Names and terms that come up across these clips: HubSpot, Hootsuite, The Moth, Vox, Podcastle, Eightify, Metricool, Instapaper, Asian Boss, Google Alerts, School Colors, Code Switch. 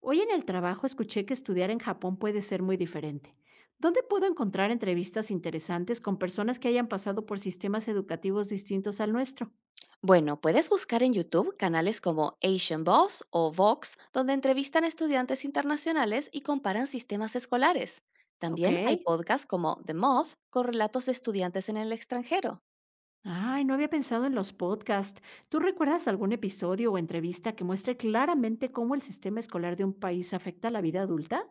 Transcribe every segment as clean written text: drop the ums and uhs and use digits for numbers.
Hoy en el trabajo escuché que estudiar en Japón puede ser muy diferente. ¿Dónde puedo encontrar entrevistas interesantes con personas que hayan pasado por sistemas educativos distintos al nuestro? Bueno, puedes buscar en YouTube canales como Asian Boss o Vox, donde entrevistan a estudiantes internacionales y comparan sistemas escolares. Ok. También hay podcasts como The Moth, con relatos de estudiantes en el extranjero. Ay, no había pensado en los podcasts. ¿Tú recuerdas algún episodio o entrevista que muestre claramente cómo el sistema escolar de un país afecta a la vida adulta?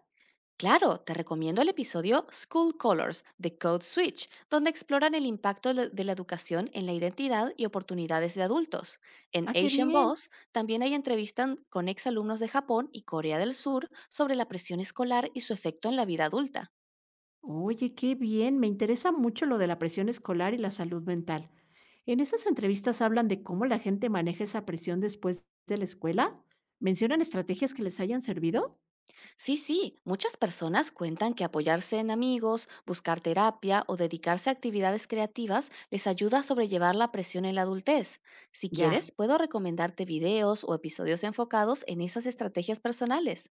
Claro, te recomiendo el episodio School Colors de Code Switch, donde exploran el impacto de la educación en la identidad y oportunidades de adultos. En Ah, qué Asian bien. Boss también hay entrevistas con exalumnos de Japón y Corea del Sur sobre la presión escolar y su efecto en la vida adulta. Oye, qué bien. Me interesa mucho lo de la presión escolar y la salud mental. En esas entrevistas hablan de cómo la gente maneja esa presión después de la escuela. ¿Mencionan estrategias que les hayan servido? Sí, sí, muchas personas cuentan que apoyarse en amigos, buscar terapia o dedicarse a actividades creativas les ayuda a sobrellevar la presión en la adultez. Si Ya. quieres, puedo recomendarte videos o episodios enfocados en esas estrategias personales.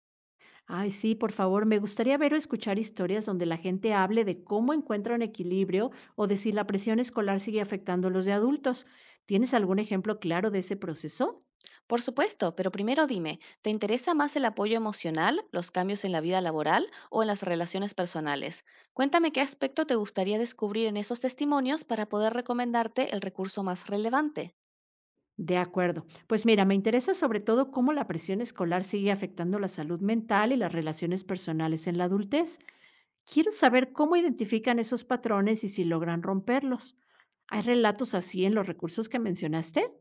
Ay, sí, por favor, me gustaría ver o escuchar historias donde la gente hable de cómo encuentra un equilibrio o de si la presión escolar sigue afectando a los de adultos. ¿Tienes algún ejemplo claro de ese proceso? Por supuesto, pero primero dime, ¿te interesa más el apoyo emocional, los cambios en la vida laboral o en las relaciones personales? Cuéntame qué aspecto te gustaría descubrir en esos testimonios para poder recomendarte el recurso más relevante. De acuerdo. Pues mira, me interesa sobre todo cómo la presión escolar sigue afectando la salud mental y las relaciones personales en la adultez. Quiero saber cómo identifican esos patrones y si logran romperlos. ¿Hay relatos así en los recursos que mencionaste?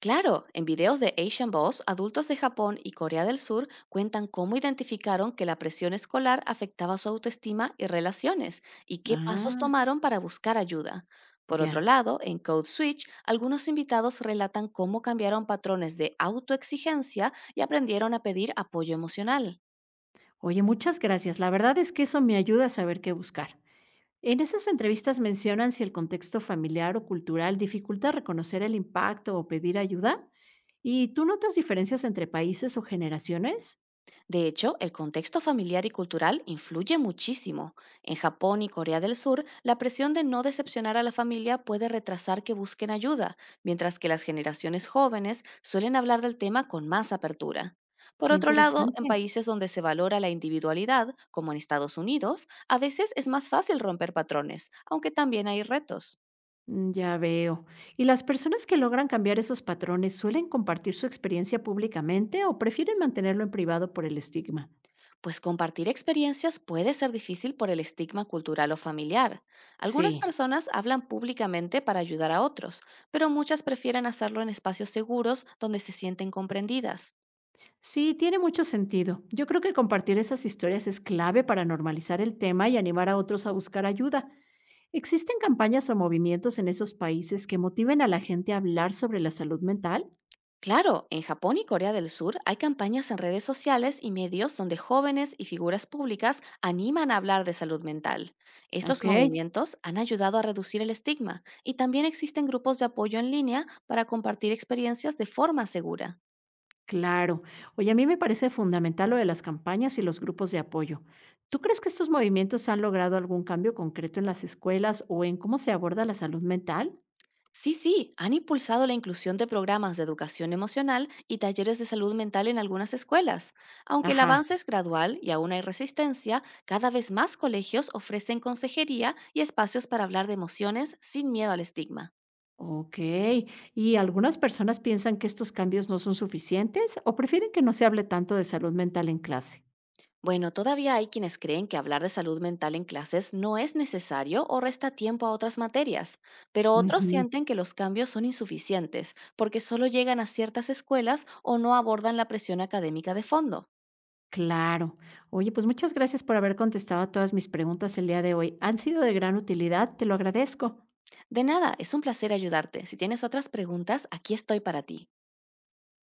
Claro, en videos de Asian Boss, adultos de Japón y Corea del Sur cuentan cómo identificaron que la presión escolar afectaba su autoestima y relaciones y qué pasos Ah, tomaron para buscar ayuda. Por otro ya. lado, en Code Switch, algunos invitados relatan cómo cambiaron patrones de autoexigencia y aprendieron a pedir apoyo emocional. Oye, muchas gracias. La verdad es que eso me ayuda a saber qué buscar. En esas entrevistas mencionan si el contexto familiar o cultural dificulta reconocer el impacto o pedir ayuda. ¿Y tú notas diferencias entre países o generaciones? De hecho, el contexto familiar y cultural influye muchísimo. En Japón y Corea del Sur, la presión de no decepcionar a la familia puede retrasar que busquen ayuda, mientras que las generaciones jóvenes suelen hablar del tema con más apertura. Por Qué otro lado, en interesante. países donde se valora la individualidad, como en Estados Unidos, a veces es más fácil romper patrones, aunque también hay retos. Mm, ya veo. ¿Y las personas que logran cambiar esos patrones suelen compartir su experiencia públicamente o prefieren mantenerlo en privado por el estigma? Pues compartir experiencias puede ser difícil por el estigma cultural o familiar. Algunas Sí, personas hablan públicamente para ayudar a otros, pero muchas prefieren hacerlo en espacios seguros donde se sienten comprendidas. sí, tiene mucho sentido. Yo creo que compartir esas historias es clave para normalizar el tema y animar a otros a buscar ayuda. ¿Existen campañas o movimientos en esos países que motiven a la gente a hablar sobre la salud mental? Claro, en Japón y Corea del Sur hay campañas en redes sociales y medios donde jóvenes y figuras públicas animan a hablar de salud mental. Estos Ok. movimientos han ayudado a reducir el estigma y también existen grupos de apoyo en línea para compartir experiencias de forma segura. Claro. Oye, a mí me parece fundamental lo de las campañas y los grupos de apoyo. ¿Tú crees que estos movimientos han logrado algún cambio concreto en las escuelas o en cómo se aborda la salud mental? Sí, sí, han impulsado la inclusión de programas de educación emocional y talleres de salud mental en algunas escuelas. Aunque el Ajá. avance es gradual y aún hay resistencia, cada vez más colegios ofrecen consejería y espacios para hablar de emociones sin miedo al estigma. Ok. ¿Y algunas personas piensan que estos cambios no son suficientes o prefieren que no se hable tanto de salud mental en clase? Bueno, todavía hay quienes creen que hablar de salud mental en clases no es necesario o resta tiempo a otras materias, pero otros Ujú, sienten que los cambios son insuficientes porque solo llegan a ciertas escuelas o no abordan la presión académica de fondo. claro. Oye, pues muchas gracias por haber contestado a todas mis preguntas el día de hoy. Han sido de gran utilidad, te lo agradezco. De nada, es un placer ayudarte. Si tienes otras preguntas, aquí estoy para ti.